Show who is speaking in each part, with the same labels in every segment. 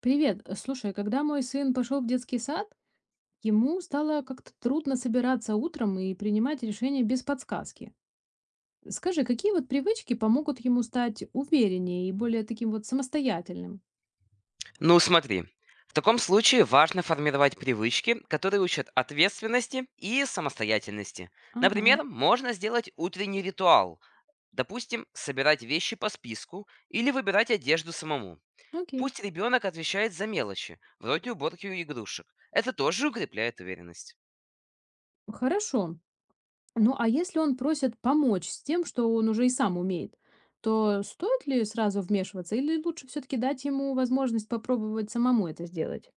Speaker 1: Привет. Слушай, когда мой сын пошел в детский сад, ему стало как-то трудно собираться утром и принимать решения без подсказки. Скажи, какие вот привычки помогут ему стать увереннее и более таким вот самостоятельным?
Speaker 2: Ну, смотри. В таком случае важно формировать привычки, которые учат ответственности и самостоятельности.
Speaker 1: Ага,
Speaker 2: Например, можно сделать утренний ритуал. Допустим, собирать вещи по списку или выбирать одежду самому.
Speaker 1: окей.
Speaker 2: Пусть ребенок отвечает за мелочи, вроде уборки игрушек. Это тоже укрепляет уверенность.
Speaker 1: Хорошо. Ну а если он просит помочь с тем, что он уже и сам умеет, то стоит ли сразу вмешиваться или лучше все-таки дать ему возможность попробовать самому это сделать?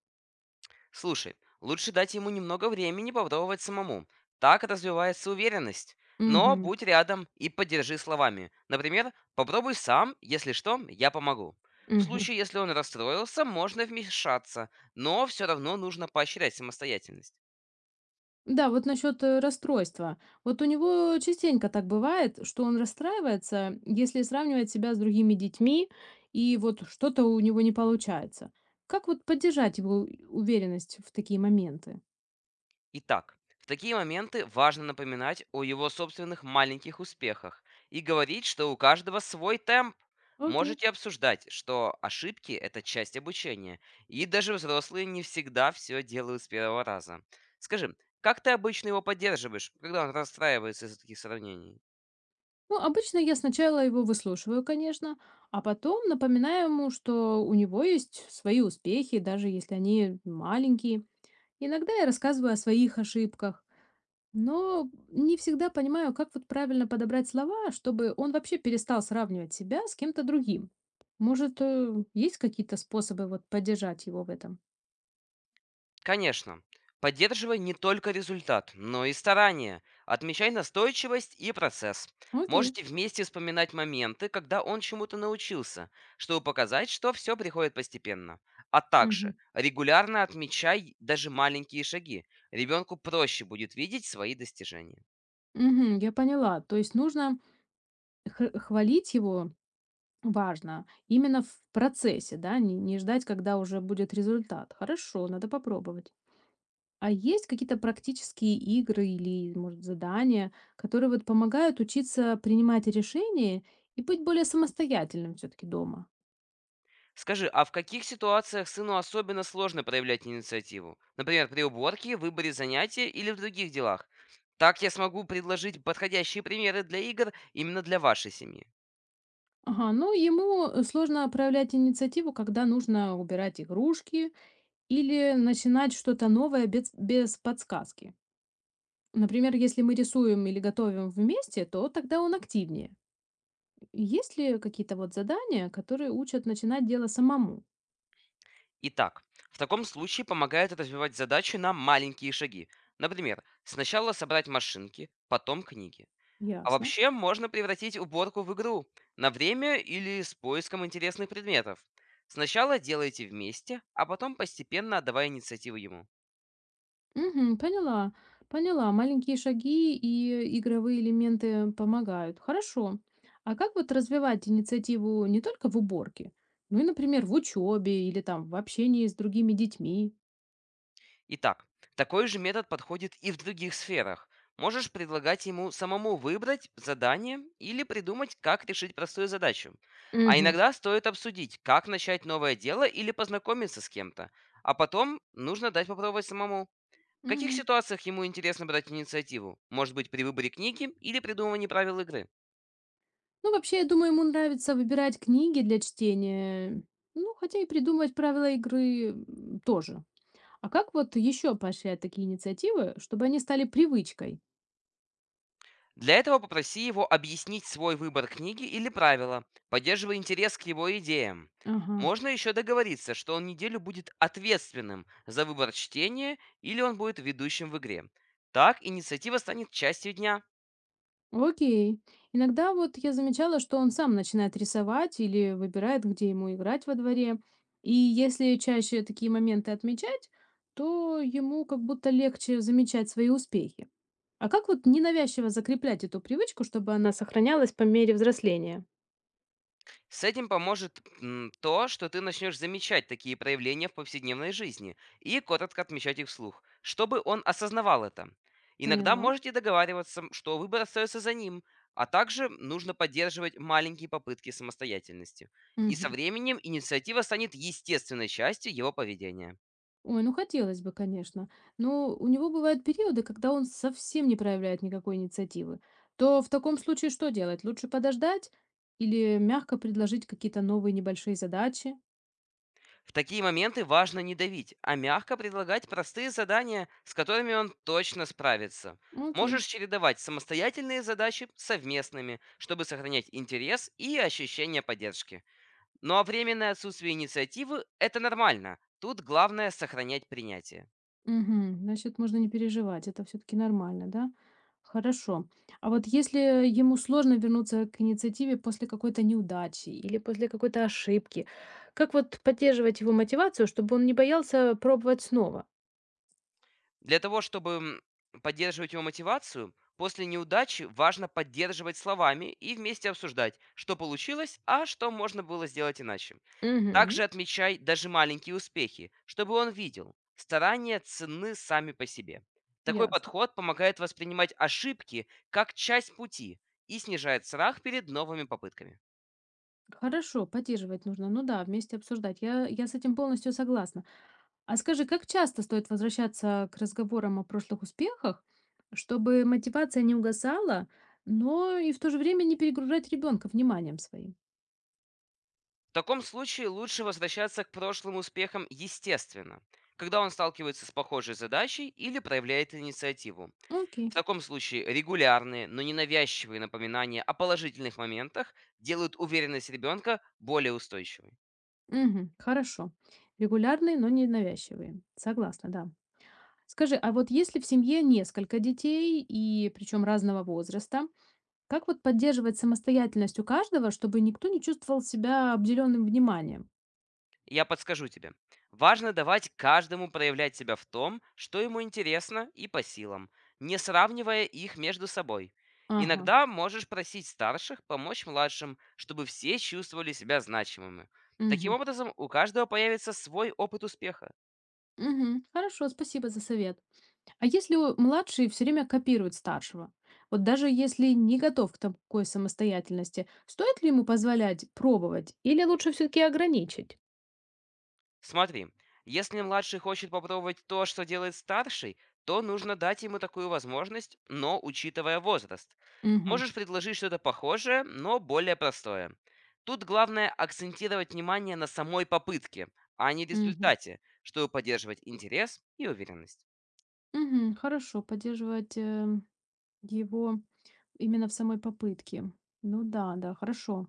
Speaker 2: Слушай, лучше дать ему немного времени попробовать самому. Так развивается уверенность. Но будь рядом и поддержи словами. Например, попробуй сам, если что, я помогу. В
Speaker 1: Угу.
Speaker 2: случае, если он расстроился, можно вмешаться, но все равно нужно поощрять самостоятельность.
Speaker 1: Да, вот насчет расстройства. Вот у него частенько так бывает, что он расстраивается, если сравнивает себя с другими детьми, и вот что-то у него не получается. Как вот поддержать его уверенность в такие моменты?
Speaker 2: Итак, в такие моменты важно напоминать о его собственных маленьких успехах и говорить, что у каждого свой темп.
Speaker 1: Окей.
Speaker 2: Можете обсуждать, что ошибки– это часть обучения, и даже взрослые не всегда все делают с первого раза. Скажи, как ты обычно его поддерживаешь, когда он расстраивается из-за таких сравнений?
Speaker 1: Ну, обычно я сначала его выслушиваю, конечно, а потом напоминаю ему, что у него есть свои успехи, даже если они маленькие. Иногда я рассказываю о своих ошибках. Но не всегда понимаю, как вот правильно подобрать слова, чтобы он вообще перестал сравнивать себя с кем-то другим. Может, есть какие-то способы вот поддержать его в этом?
Speaker 2: Конечно. Поддерживай не только результат, но и старания. Отмечай настойчивость и процесс.
Speaker 1: Окей.
Speaker 2: Можете вместе вспоминать моменты, когда он чему-то научился, чтобы показать, что все приходит постепенно. А также
Speaker 1: Мгм.
Speaker 2: регулярно отмечай даже маленькие шаги. Ребенку проще будет видеть свои достижения.
Speaker 1: Мгм, я поняла. То есть нужно хвалить его важно именно в процессе, да, не ждать, когда уже будет результат. Хорошо, надо попробовать. А есть какие-то практические игры или, может, задания, которые вот помогают учиться принимать решения и быть более самостоятельным все-таки дома?
Speaker 2: Скажи, а в каких ситуациях сыну особенно сложно проявлять инициативу? Например, при уборке, выборе занятия или в других делах? Так я смогу предложить подходящие примеры для игр именно для вашей семьи.
Speaker 1: Ага, ну ему сложно проявлять инициативу, когда нужно убирать игрушки или начинать что-то новое без подсказки. Например, если мы рисуем или готовим вместе, то тогда он активнее. Есть ли какие-то вот задания, которые учат начинать дело самому?
Speaker 2: Итак, в таком случае помогает развивать задачу на маленькие шаги. Например, сначала собрать машинки, потом книги. А
Speaker 1: Ясно.
Speaker 2: вообще можно превратить уборку в игру на время или с поиском интересных предметов. Сначала делайте вместе, а потом постепенно отдавая инициативу ему.
Speaker 1: Мгм. Поняла, поняла. Маленькие шаги и игровые элементы помогают. Хорошо. А как вот развивать инициативу не только в уборке, ну и, например, в учебе или там в общении с другими детьми?
Speaker 2: Итак, такой же метод подходит и в других сферах. Можешь предлагать ему самому выбрать задание или придумать, как решить простую задачу. А
Speaker 1: Мгм.
Speaker 2: иногда стоит обсудить, как начать новое дело или познакомиться с кем-то. А потом нужно дать попробовать самому. В каких
Speaker 1: Мгм.
Speaker 2: ситуациях ему интересно брать инициативу? Может быть, при выборе книги или придумывании правил игры?
Speaker 1: Ну, вообще, я думаю, ему нравится выбирать книги для чтения, ну, хотя и придумывать правила игры тоже. А как вот еще поощрять такие инициативы, чтобы они стали привычкой?
Speaker 2: Для этого попроси его объяснить свой выбор книги или правила, поддерживая интерес к его идеям.
Speaker 1: Ага.
Speaker 2: Можно еще договориться, что он неделю будет ответственным за выбор чтения или он будет ведущим в игре. Так инициатива станет частью дня.
Speaker 1: Окей. Иногда вот я замечала, что он сам начинает рисовать или выбирает, где ему играть во дворе. И если чаще такие моменты отмечать, то ему как будто легче замечать свои успехи. А как вот ненавязчиво закреплять эту привычку, чтобы она сохранялась по мере взросления?
Speaker 2: С этим поможет то, что ты начнешь замечать такие проявления в повседневной жизни и коротко отмечать их вслух, чтобы он осознавал это. Иногда
Speaker 1: Поняла.
Speaker 2: можете договариваться, что выбор остается за ним, а также нужно поддерживать маленькие попытки самостоятельности. И со
Speaker 1: Мгм.
Speaker 2: временем инициатива станет естественной частью его поведения.
Speaker 1: Ой, ну хотелось бы, конечно. Но у него бывают периоды, когда он совсем не проявляет никакой инициативы. То в таком случае что делать? Лучше подождать или мягко предложить какие-то новые небольшие задачи?
Speaker 2: В такие моменты важно не давить, а мягко предлагать простые задания, с которыми он точно справится.
Speaker 1: Ну, окей.
Speaker 2: Можешь чередовать самостоятельные задачи с совместными, чтобы сохранять интерес и ощущение поддержки. Ну а временное отсутствие инициативы– это нормально. Тут главное сохранять принятие.
Speaker 1: Мгм. Значит, можно не переживать. Это все-таки нормально, да? Хорошо. А вот если ему сложно вернуться к инициативе после какой-то неудачи или после какой-то ошибки, как вот поддерживать его мотивацию, чтобы он не боялся пробовать снова?
Speaker 2: Для того, чтобы поддерживать его мотивацию, после неудачи важно поддерживать словами и вместе обсуждать, что получилось, а что можно было сделать иначе.
Speaker 1: Угу.
Speaker 2: Также отмечай даже маленькие успехи, чтобы он видел. Старания ценны сами по себе. Такой
Speaker 1: Ясно.
Speaker 2: подход помогает воспринимать ошибки как часть пути и снижает страх перед новыми попытками.
Speaker 1: Хорошо, поддерживать нужно. Ну да, вместе обсуждать. Я с этим полностью согласна. А скажи, как часто стоит возвращаться к разговорам о прошлых успехах, чтобы мотивация не угасала, но и в то же время не перегружать ребенка вниманием своим?
Speaker 2: В таком случае лучше возвращаться к прошлым успехам естественно, когда он сталкивается с похожей задачей или проявляет инициативу.
Speaker 1: Окей.
Speaker 2: В таком случае регулярные, но ненавязчивые напоминания о положительных моментах делают уверенность ребенка более устойчивой.
Speaker 1: Мгм. Хорошо. Регулярные, но не навязчивые. Согласна, да. Скажи, а вот если в семье несколько детей, и причем разного возраста, как вот поддерживать самостоятельность у каждого, чтобы никто не чувствовал себя обделенным вниманием?
Speaker 2: Я подскажу тебе. Важно давать каждому проявлять себя в том, что ему интересно и по силам, не сравнивая их между собой.
Speaker 1: Ага.
Speaker 2: Иногда можешь просить старших помочь младшим, чтобы все чувствовали себя значимыми. Таким
Speaker 1: Мгм.
Speaker 2: образом, у каждого появится свой опыт успеха.
Speaker 1: Мгм. Хорошо, спасибо за совет. А если младший все время копирует старшего? Вот даже если не готов к такой самостоятельности, стоит ли ему позволять пробовать или лучше все-таки ограничить?
Speaker 2: Смотри, если младший хочет попробовать то, что делает старший, то нужно дать ему такую возможность, но учитывая возраст.
Speaker 1: Мгм.
Speaker 2: Можешь предложить что-то похожее, но более простое. Тут главное акцентировать внимание на самой попытке, а не
Speaker 1: Мгм.
Speaker 2: результате, чтобы поддерживать интерес и уверенность.
Speaker 1: Мгм. Хорошо, поддерживать его именно в самой попытке. Ну да, да, хорошо.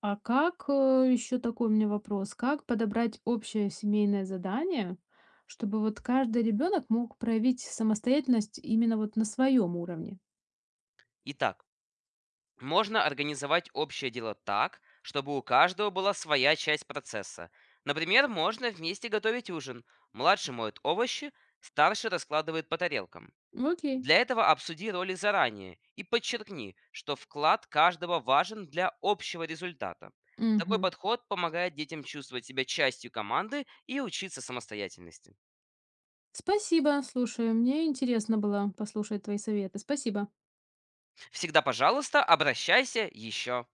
Speaker 1: А как, еще такой у меня вопрос, как подобрать общее семейное задание, чтобы вот каждый ребенок мог проявить самостоятельность именно вот на своем уровне?
Speaker 2: Итак, можно организовать общее дело так, чтобы у каждого была своя часть процесса. Например, можно вместе готовить ужин. Младший моет овощи, старший раскладывает по тарелкам.
Speaker 1: Окей.
Speaker 2: Для этого обсуди роли заранее и подчеркни, что вклад каждого важен для общего результата. Такой
Speaker 1: Мгм.
Speaker 2: подход помогает детям чувствовать себя частью команды и учиться самостоятельности.
Speaker 1: Спасибо, слушай, мне интересно было послушать твои советы. Спасибо.
Speaker 2: Всегда, пожалуйста, обращайся еще.